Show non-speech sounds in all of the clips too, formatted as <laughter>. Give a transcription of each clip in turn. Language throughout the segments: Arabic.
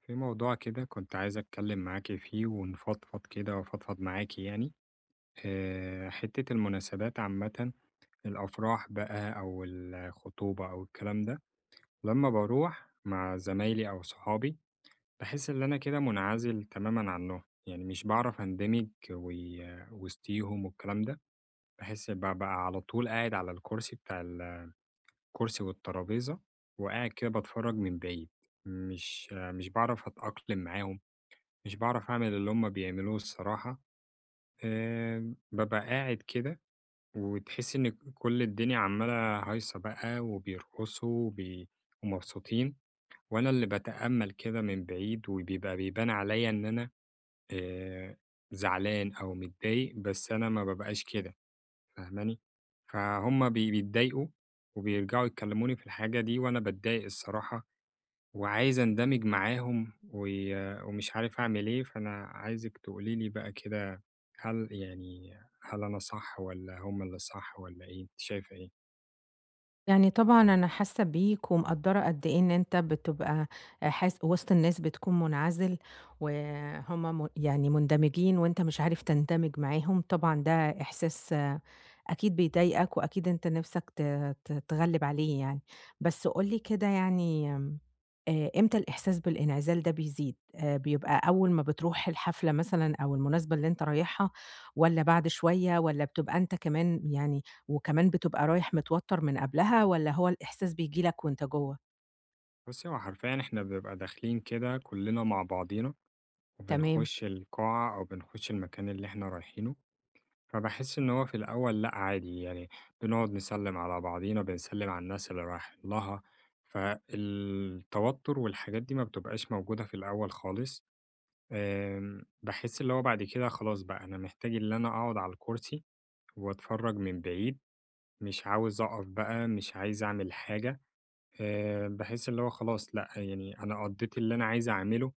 في موضوع كده كنت عايز أتكلم معاكِ فيه ونفضفض كده وأفضفض معاكِ يعني، حتّة المناسبات عامةً، الأفراح بقى أو الخطوبة أو الكلام ده، لمّا باروح مع زمايلي أو صحابي، باحس إن أنا كده منعزل تمامًا عنّهم، يعني مش باعرف أندمج وسطيهم والكلام ده، باحس بابقى على طول قاعد على الكرسي والترابيزة، وقاعد كده باتفرّج من بعيد، مش باعرف أتأقلم معاهم، مش باعرف أعمل اللي هُم بيعملوه الصراحة. بابقى قاعد كده وتحسّي إن كل الدنيا عمّالة هايصة بقى وبيرقصوا ومبسوطين، وأنا اللي باتأمّل كده من بعيد وبيبقى بيبان عليَّ إن أنا آآ زعلان أو متضايق، بس أنا ما بابقاش كده، فاهماني؟ فهُم بيتضايقوا وبيرجعوا يكلموني في الحاجة دي وأنا باتضايق الصراحة، وعايز أندمج معاهم ومش عارف أعمل إيه، فأنا عايزِك تقولي لي بقى كده، هل يعني هل أنا صح والّا هم اللي صح والّا إيه، أنتِ شايفة إيه؟ يعني طبعًا أنا حاسة بيك ومقدّرة قد إيه إن أنت بتبقى حاس وسط الناس بتكون منعزل، وهُم يعني مندمجين وأنت مش عارف تندمج معاهم، طبعًا ده إحساس آه، أكيد بيضايقك، وأكيد أنت نِفْسك ت ت تتغلِّب عليه يعني. بس قُل لي كده يعني إمتى الإحساس بالانعزال ده بيزيد؟ بيبقى أول ما بتروح الحفلة مثلًا أو المناسبة اللي أنت رايحها والّا بعد شوية والّا بتبقى أنت كمان يعني وكمان بتبقى رايح متوتر من قبلها والّا هو الإحساس بييجي لك وأنت جوّه؟ بُصّي، هو حرفيًا إحنا بنبقى داخلين كده كُلّنا مع بعضينا تمام، وبنخُش القاعة أو بنخُش المكان اللي إحنا رايحينه، فباحس إن هو في الأول لأ عادي، يعني بنقعد نسلِّم على بعضينا، بنسلِّم على الناس اللي رايحين لها، فالتوتُّر والحاجات دي ما بتبقاش موجودة في الأول خالص. باحس اللي هو بعد كده خلاص بقى أنا محتاج اللي أنا أقعد على الكرسي وأتفرّج من بعيد، مش عاوز أقف بقى، مش عايز أعمل حاجة. باحس اللي هو خلاص لأ، يعني أنا قضّيت اللي أنا عايز أعمله،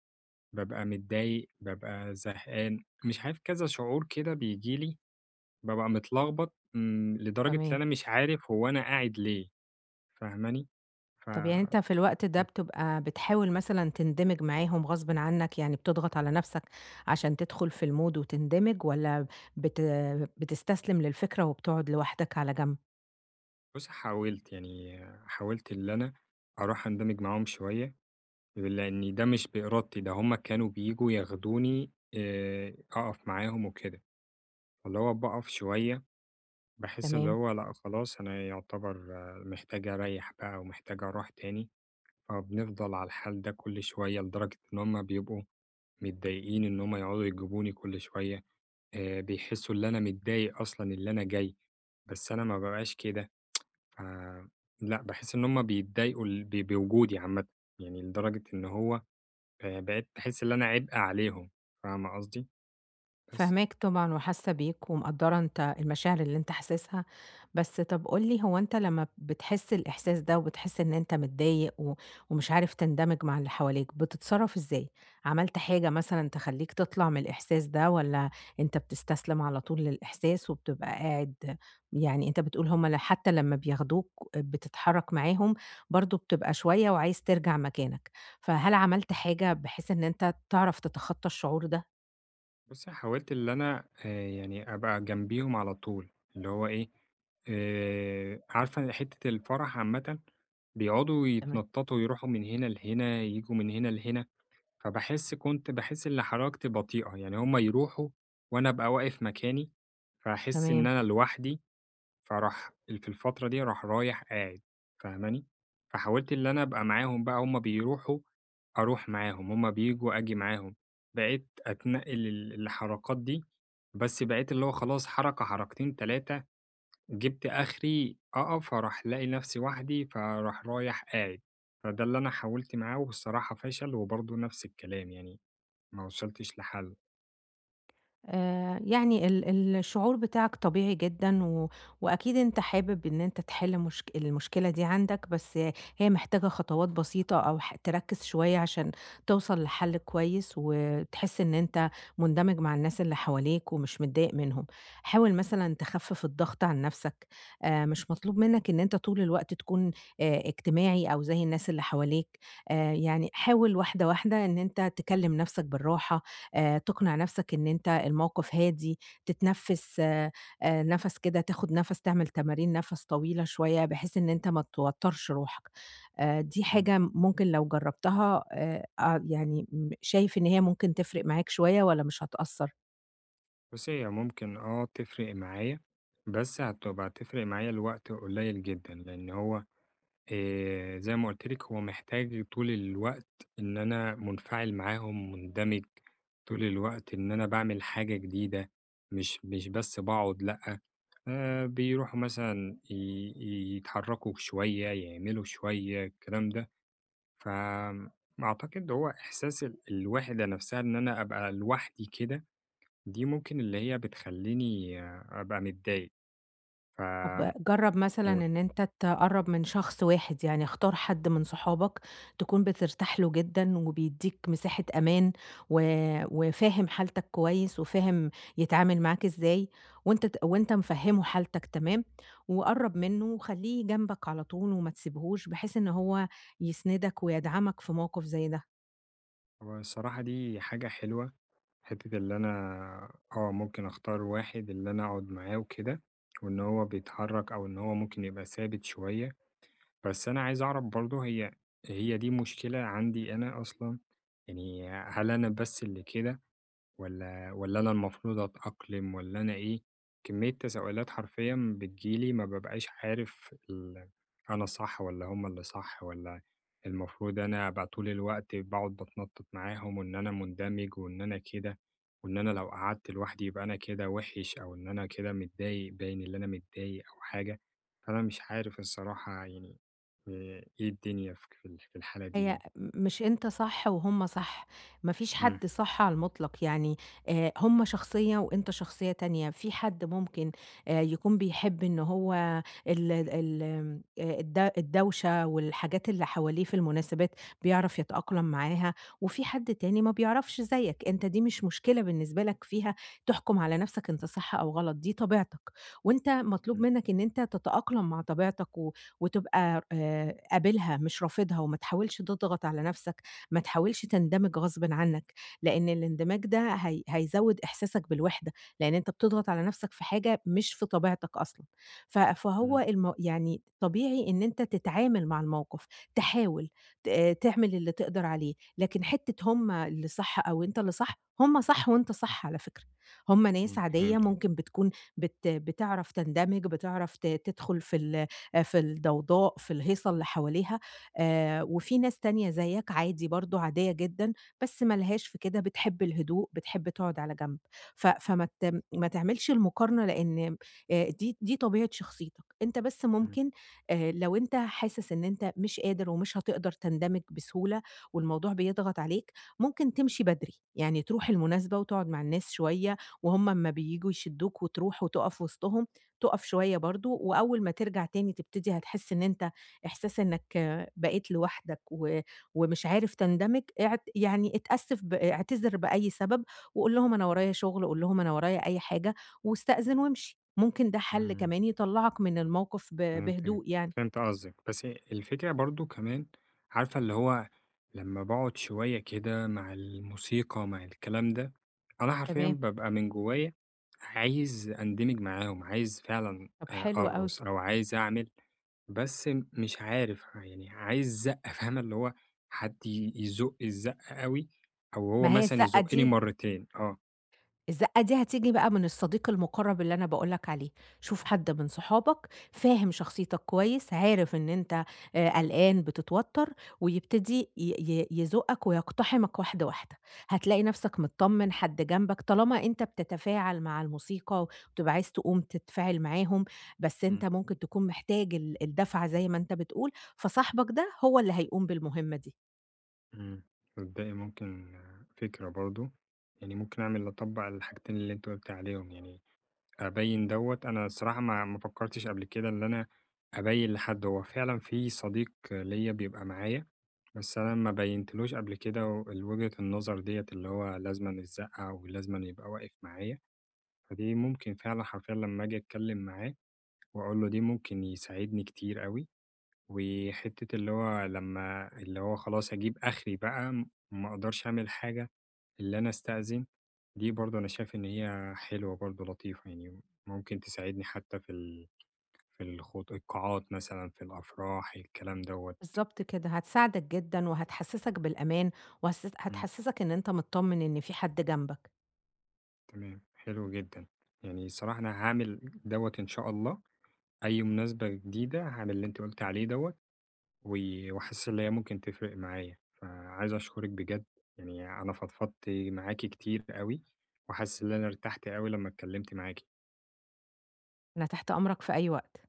بابقى متضايق، بابقى زهقان، مش عارف كذا شعور كده بييجي لي، بابقى متلخبط، لدرجة إن تمام. أنا مش عارف هو أنا قاعد ليه، فاهماني؟ ف طب يعني أنت في الوقت ده بتبقى بتحاول مثلًا تندمج معاهم غصبٍ عنك، يعني بتضغط على نفسك عشان تدخل في الmood وتندمج والّا بت بتستسلم للفكرة وبتقعد لوحدك على جنب؟ بُصّي، حاولت اللي أنا أروح أندمج معاهم شوية. لإن ده مش بإرادتي، ده هُم كانوا بييجوا ياخدوني أقف معاهم وكده، فاللي هو باقف شوية باحس اللي تمام. هو لأ خلاص أنا يعتبر محتاج أريّح بقى ومحتاج أروح تاني، فبنفضل على الحال ده كل شوية لدرجة إن هُم بيبقوا متضايقين إن هُم يقعدوا يجيبوني كل شوية. بيحسّوا اللي أنا متضايق أصلًا اللي أنا جاي، بس أنا ما بابقاش كده. ف لأ باحس إن هُم بيتضايقوا ال ب بوجودي عامةً، يعني لدرجة إن هو بقيت باحس إن أنا عبء عليهم، فاهمة قصدي؟ بس فاهماك طبعًا وحاسة بيك ومقدّرة أنت المشاعر اللي أنت حاسسها، بس طَب قُل لي هو أنت لمّا بتحس الإحساس ده وبتحس إن أنت متضايق و ومش عارف تندمج مع اللي حواليك، بتتصرّف إزاي؟ عملت حاجة مثلًا تخلّيك تطلع من الإحساس ده والّا أنت بتستسلم على طول للإحساس وبتبقى قاعد يعني أنت بتقول هم ل حتى لمّا بياخدوك بتتحرّك معاهم، برضه بتبقى شوية وعايز ترجع مكانك، فهل عملت حاجة بحيث إن أنت تعرف تتخطّى الشعور ده؟ بُصّي، حاولت اللي أنا يعني أبقى جنبيهم على طول، اللي هو إيه، عارفة حتّة الفرح عامةً بيقعدوا تما يتنططوا يروحوا من هنا لهنا، ييجوا من هنا لهنا، فباحس كنت باحس إن حركتي بطيئة، يعني هُم يروحوا وأنا أبقى واقف مكاني، فأحس إن تمام. أنا لوحدي. فراح ال في الفترة دي رايح قاعد، فاهماني؟ فحاولت اللي أنا أبقى معاهم، بقى هُم بيروحوا أروح معاهم، هُم بييجوا آجي معاهم، بقيت أتنقل للحركات دي، بس بقيت اللي هو خلاص حركة، حركتين، 3، جِبت آخري أقف، أروح ألاقي نفسي وحدي، فأروح رايح قاعد. فده اللي أنا حاولت معاه والصراحة فشل، وبرضه نفس الكلام يعني ما وصلتش لحل. يعني ال ال الشعور بتاعك طبيعي جدًا و وأكيد أنت حابب إن أنت تحل المشكلة دي عندك، بس هي محتاجة خطوات بسيطة أو ح تركّز شوية عشان توصل لحل كويس وتحس إن أنت مندمج مع الناس اللي حواليك ومش متضايق منهم. حاول مثلًا تخفِّف الضغط عن نَفْسك، مش مطلوب منّك إن أنت طول الوقت تكون اجتماعي أو زي الناس اللي حواليك، يعني حاول واحدة، واحدة إن أنت تكلِّم نَفْسك بالراحة، تقنع نفسك إن أنت الموقف هادي، تتنفّس نَفَس كده، تاخد نَفَس، تعمل تمارين نَفَس طويلة شوية بحيث إن أنت ما توتّرش روحك. دي حاجة ممكن لو جرّبتها أ يعني شايف إن هي ممكن تفرق معاك شوية والّا مش هتأثّر؟ بُصّي، هي ممكن تفرق معايا، بس هتفرق معايا لوقت قليل جدًا، لإن هو زي ما قُلت لِك هو محتاج طول الوقت إن أنا منفعل معاهم، مندمج طول الوقت، إن أنا باعمل حاجة جديدة، مش بس باقعد لأ. بيروحوا مثلًا يتحركوا شوية، يعملوا شوية، الكلام ده. فآمم أعتقد هو إحساس الوحدة نفسها إن أنا أبقى لوحدي كده، دي ممكن اللي هي بتخلّيني أبقى متضايق. ف طب جرّب مثلًا مش إن أنت تقرّب من شخص واحد، يعني اختار حد من صحابك تكون بترتاح له جدًا وبيدّيك مساحة أمان و وفاهم حالتك كويس وفاهم يتعامل معاك إزاي وأنت مفهّمه حالتك تمام، وقرّب منّه وخلّيه جنبك على طول وما تسيبهوش بحيث إن هو يسندك ويدعمك في موقف زي ده. هو الصراحة دي حاجة حلوة، حتّة اللي أنا ممكن أختار واحد اللي أنا أقعد معاه وكده، وإن هو بيتحرّك أو إن هو ممكن يبقى ثابت شوية. بس أنا عايز أعرف برضه هي دي مشكلة عندي أنا أصلًا، يعني هل أنا بس اللي كده؟ والّا أنا المفروض أتأقلم والّا أنا إيه؟ كمية تساؤلات حرفيًا بتيجي لي ما بابقاش عارف أنا الصح والّا هم اللي صح، والّا المفروض أنا أبقى طول الوقت باقعد باتنطط معاهم وإن أنا مندمج وإن أنا كده، وإن أنا لو قعدت لوحدي يبقى أنا كده وِحِش، أو إن أنا كده متضايق باين اللي أنا متضايق أو حاجة، فأنا مش عارف الصراحة يعني إيه الدنيا في ك في ال في الحالة دي هي يعني. م مش أنت صح وهُم صح، ما فيش إمم. حد صح على المطلق، يعني هُم شخصية وأنت شخصية تانية، في حد ممكن يكون بيحب إن هو ال ال آمم الد الدوشة والحاجات اللي حواليه في المناسبات بيعرف يتأقلم معاها، وفي حد تاني ما بيعرفش زيك، أنت دي مش مشكلة بالنسبة لك فيها تحكم على نفسك أنت صح أو غلط، دي طبيعتك، وأنت مطلوب إمم. منك إن أنت تتأقلم مع طبيعتك و وتبقى قابلها مش رافضها، وما تحاولش تضغط على نفسك، ما تحاولش تندمج غصبٍ عنك، لإن الاندماج ده هي هيزوّد إحساسك بالوحدة، لإن أنت بتضغط على نفسك في حاجة مش في طبيعتك أصلًا. ف فهو إمم. الم يعني طبيعي إن أنت تتعامل مع الموقف، تحاول ت آه، تعمل اللي تقدر عليه، لكن حتّة هم اللي صح أو أنت اللي صح، هم صح وأنت صح على فكرة، هم ناس إمم. عادية فهمتك. ممكن بتكون بتعرف تندمج، بتعرف تدخل في الضوضاء، في الهيصة اللي حواليها، وفي ناس تانية زيّك عادي برضه عادية جدًا، بس ما لهاش في كده، بتحب الهدوء، بتحب تقعد على جنب. ف فما ت ما تعملش المقارنة لإن دي طبيعة شخصيتك. أنت بس إمم. ممكن لو أنت حاسس إن أنت مش قادر ومش هتقدر تندمج بسهولة والموضوع بيضغط عليك، ممكن تمشي بدري، يعني تروح المناسبة وتقعد مع الناس شوية وهُم أمّا بييجوا يشدوك وتروح وتُقف وسطهم تُقف شوية برضه، وأول ما ترجع تاني تبتدي هتحس إن أنت إحساس إنك بقيت لوحدك و ومش عارف تندمج، يعني اتأسف ب اعتذر بأي سبب، وقُل لهم أنا ورايا شغل، قُل لهم أنا ورايا أي حاجة، واستأذن وامشي، ممكن ده حل إمم. كمان يطلّعك من الموقف فهمتِك، بهدوء يعني. فهمت قصدِك، بس الفكرة برضه كمان، عارفة اللي هو لمّا باقعد شوية كده مع الموسيقى، مع الكلام ده، أنا حرفيًا تمام، بابقى من جوايا عايز أندمج معاهم، عايز فعلًا طب حلو أوي. أرقص أو عايز أعمل، بس مش عارف، يعني عايز زقة <laughs> فاهمة؟ اللي هو حد يزُق الزقة أوي، أو هو ما هي مثلًا الزقة يزُقني دي مرتين، آه. الزقة دي هتيجي بقى من الصديق المقرب اللي أنا باقول لك عليه، شوف حد من صحابك فاهم شخصيتك كويس، عارف إن أنت قلقان، بتتوتر، ويبتدي ي ي يزُقّك ويقتحمك واحدة، واحدة، هتلاقي نفسك متطمن، حد جنبك، طالما أنت بتتفاعل مع الموسيقى وبتبقى عايز تقوم تتفاعل معاهم، بس أنت إمم. ممكن تكون محتاج الدفعة زي ما أنت بتقول، فصاحبك ده هو اللي هيقوم بالمهمة دي. إمم. تصدّقي ممكن فكرة برضه، يعني ممكن أطبّق الحاجتين اللي أنتِ قُلتِ عليهم، يعني أبيّن دوّة. أنا الصراحة ما فكّرتش قبل كده إن أنا أبيّن لحد. هو فعلًا في صديق ليّا بيبقى معايا، بس أنا ما بيّنتلوش قبل كده وجهة النظر ديّة، اللي هو لازمًا يتزقّع ولازمًا يبقى واقف معايا، فدي ممكن فعلًا حرفيًا لمّا آجي أتكلّم معاه وأقول له دي ممكن يساعدني كتير أوي. وحتة اللي هو لما اللي هو خلاص أجيب آخري بقى ما أقدرش أعمل حاجة إلا أنا أستأذن، دي برضه أنا شايف إن هي حلوة برضه، لطيفة يعني، ممكن تساعدني حتى القاعات مثلا في الأفراح، الكلام دوت. بالضبط كده، هتساعدك جدًا وهتحسّسك بالأمان مم، هتحسّسك إن أنت متطمن إن في حد جنبك. تمام، حلو جدا. يعني صراحة أنا هعمل دوت إن شاء الله، أي مناسبة جديدة هعمل اللي أنت قلت عليه دوت، و وحاسس اللي هي ممكن تفرق معايا، فعايز أشكرِك بجد، يعني أنا فضفضت معاكِ كتير أوي، وحاسس إن أنا ارتحت أوي لمّا اتكلمت معاكِ. أنا تحت أمرك في أي وقت.